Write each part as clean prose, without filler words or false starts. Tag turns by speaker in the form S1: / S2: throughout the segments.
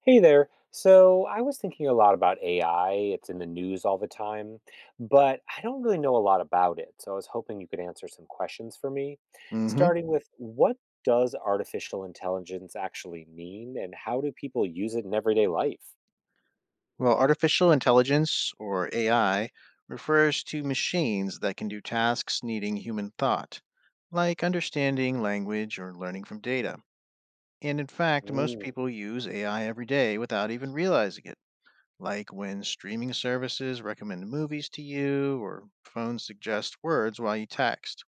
S1: Hey there. So I was thinking a lot about AI. It's in the news all the time, but I don't really know a lot about it. So I was hoping you could answer some questions for me,
S2: hmm
S1: starting with what does artificial intelligence actually mean and how do people use it in everyday life?
S2: Well, artificial intelligence, or AI, refers to machines that can do tasks needing human thought, like understanding language or learning from data. And in fact, most
S1: Mm.
S2: people use AI every day without even realizing it, like when streaming services recommend movies to you or phones suggest words while you text.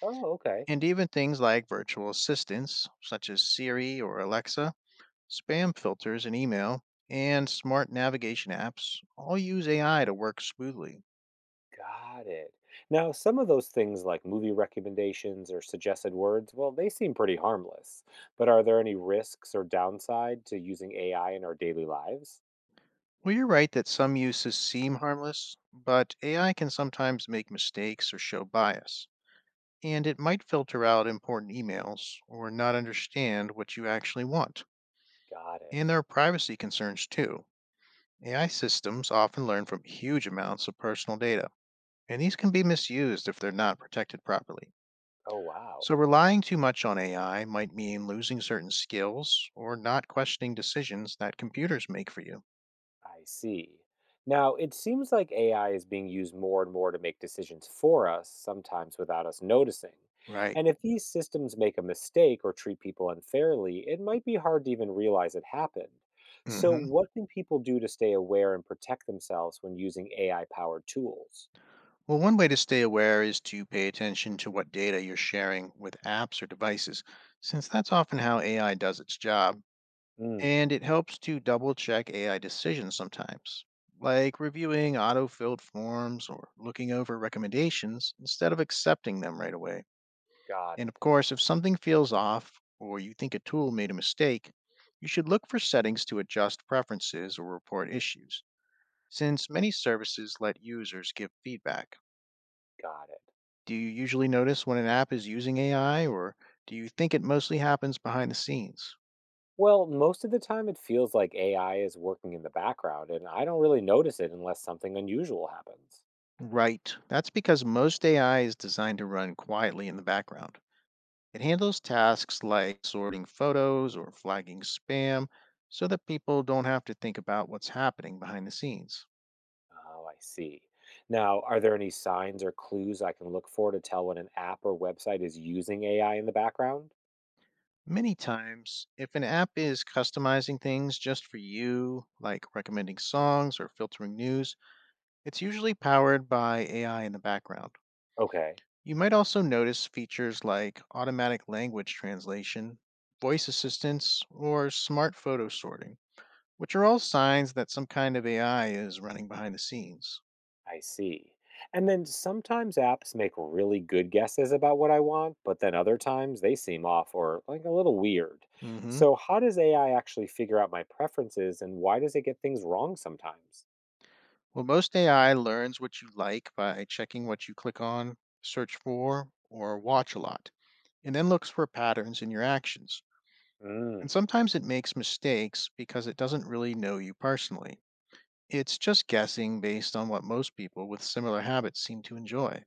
S1: Oh, okay.
S2: And even things like virtual assistants, such as Siri or Alexa, spam filters in email, and smart navigation apps all use AI to work smoothly.
S1: Got it. Now, some of those things like movie recommendations or suggested words, well, they seem pretty harmless. But are there any risks or downside to using AI in our daily lives?
S2: Well, you're right that some uses seem harmless, but AI can sometimes make mistakes or show bias, and it might filter out important emails or not understand what you actually want.
S1: Got
S2: And
S1: it.
S2: there are privacy concerns too. AI systems often learn from huge amounts of personal data, and these can be misused if they're not protected properly.
S1: Oh, wow.
S2: So, relying too much on AI might mean losing certain skills or not questioning decisions that computers make for you.
S1: I see. Now, it seems like AI is being used more and more to make decisions for us, sometimes without us noticing.
S2: Right.
S1: And if these systems make a mistake or treat people unfairly, it might be hard to even realize it happened. So,
S2: hmm
S1: what can people do to stay aware and protect themselves when using AI powered tools?
S2: Well, one way to stay aware is to pay attention to what data you're sharing with apps or devices, since that's often how AI does its job.
S1: Hmm,
S2: And it helps to double check AI decisions sometimes, like reviewing auto filled forms or looking over recommendations instead of accepting them right away.
S1: got
S2: And
S1: it.
S2: of course, if something feels off or you think a tool made a mistake, you should look for settings to adjust preferences or report issues, since many services let users give feedback.
S1: Got it.
S2: Do you usually notice when an app is using AI, or do you think it mostly happens behind the scenes?
S1: Well, most of the time it feels like AI is working in the background, and I don't really notice it unless something unusual happens.
S2: Right, that's because most AI is designed to run quietly in the background. It handles tasks like sorting photos or flagging spam so that people don't have to think about what's happening behind the scenes.
S1: Oh, I see. Now, are there any signs or clues I can look for to tell when an app or website is using AI in the background?
S2: Many times, if an app is customizing things just for you, like recommending songs or filtering news, it's usually powered by AI in the background.
S1: Okay,
S2: You might also notice features like automatic language translation, voice assistance, or smart photo sorting, which are all signs that some kind of AI is running behind the scenes.
S1: I see. And then sometimes apps make really good guesses about what I want, but then other times they seem off or like a little weird.
S2: hmm
S1: So, how does AI actually figure out my preferences and why does it get things wrong sometimes?
S2: Well, most AI learns what you like by checking what you click on, search for, or watch a lot, and then looks for patterns in your actions. And
S1: Mm,
S2: sometimes it makes mistakes because it doesn't really know you personally. It's just guessing based on what most people with similar habits seem to enjoy.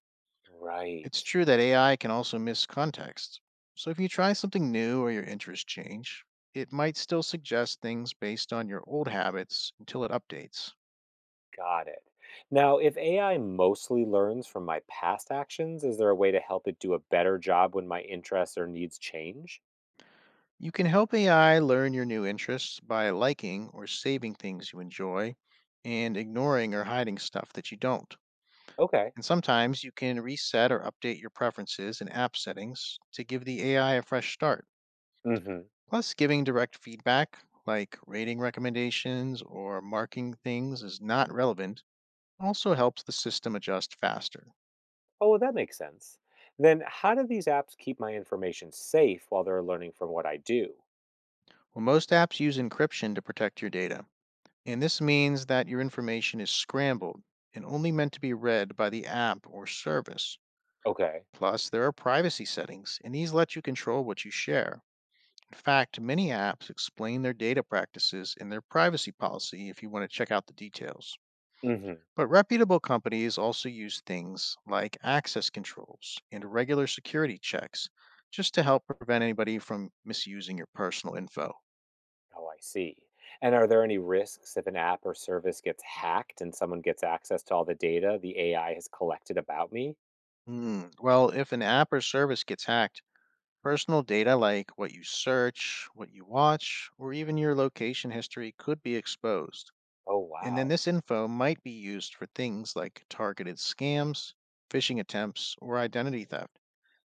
S2: It's
S1: right.
S2: true that AI can also miss context. So if you try something new or your interests change, it might still suggest things based on your old habits until it updates.
S1: Got it. Now, if AI mostly learns from my past actions, is there a way to help it do a better job when my interests or needs change?
S2: You can help AI learn your new interests by liking or saving things you enjoy and ignoring or hiding stuff that you don't.
S1: Okay.
S2: And sometimes you can reset or update your preferences and app settings to give the AI a fresh start.
S1: Hmm.
S2: Plus, giving direct feedback, like rating recommendations or marking things as not relevant, also helps the system adjust faster.
S1: Oh, well, that makes sense. Then how do these apps keep my information safe while they're learning from what I do?
S2: Well, most apps use encryption to protect your data, and this means that your information is scrambled and only meant to be read by the app or service.
S1: Okay.
S2: Plus, there are privacy settings, and these let you control what you share. In fact, many apps explain their data practices in their privacy policy if you want to check out the details.
S1: Hmm.
S2: But reputable companies also use things like access controls and regular security checks just to help prevent anybody from misusing your personal info.
S1: Oh, I see. And are there any risks if an app or service gets hacked and someone gets access to all the data the AI has collected about me?
S2: Hmm. Well, if an app or service gets hacked, personal data like what you search, what you watch, or even your location history could be exposed.
S1: Oh,
S2: And then
S1: wow.
S2: this info might be used for things like targeted scams, phishing attempts, or identity theft,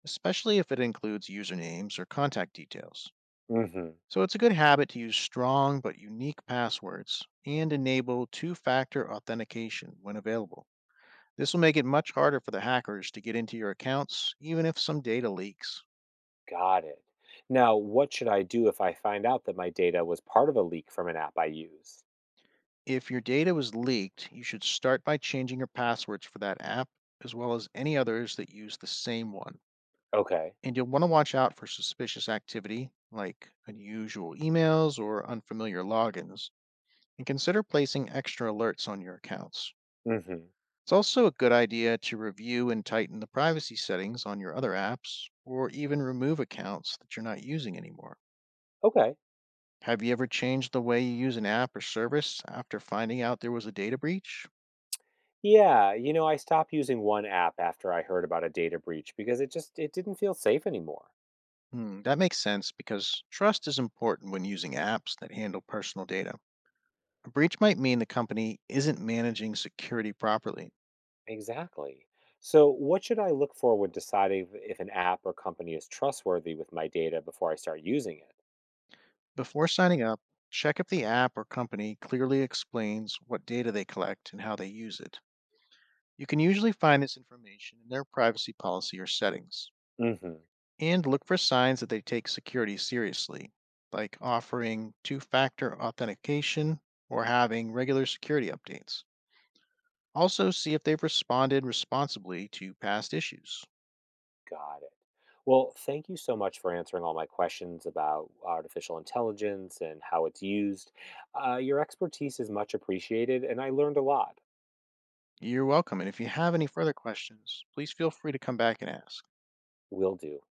S2: especially if it includes usernames or contact details.
S1: Hmm.
S2: So it's a good habit to use strong but unique passwords and enable two factor authentication when available. This will make it much harder for the hackers to get into your accounts, even if some data leaks.
S1: Got it. Now, what should I do if I find out that my data was part of a leak from an app I use?
S2: If your data was leaked, you should start by changing your passwords for that app as well as any others that use the same one.
S1: Okay.
S2: And you'll want to watch out for suspicious activity like unusual emails or unfamiliar logins, and consider placing extra alerts on your accounts.
S1: Mm-hmm.
S2: It's also a good idea to review and tighten the privacy settings on your other apps or even remove accounts that you're not using anymore.
S1: Okay.
S2: Have you ever changed the way you use an app or service after finding out there was a data breach?
S1: Yeah, you know, I stopped using one app after I heard about a data breach because it just it didn't feel safe anymore.
S2: Hmm, that makes sense because trust is important when using apps that handle personal data. A breach might mean the company isn't managing security properly.
S1: Exactly. So, what should I look for when deciding if an app or company is trustworthy with my data before I start using
S2: Before signing up, check if the app or company clearly explains what data they collect and how they use it. You can usually find this information in their privacy policy or settings.
S1: it?
S2: And look for signs that they take security seriously, like offering two factor authentication or having regular security updates. Also, see if they've responded responsibly to past issues.
S1: Got it. Well, thank you so much for answering all my questions about artificial intelligence and how it's used. Your expertise is much appreciated, and I learned a lot.
S2: You're welcome, and if you have any further questions, please feel free to come back and ask.
S1: Will do.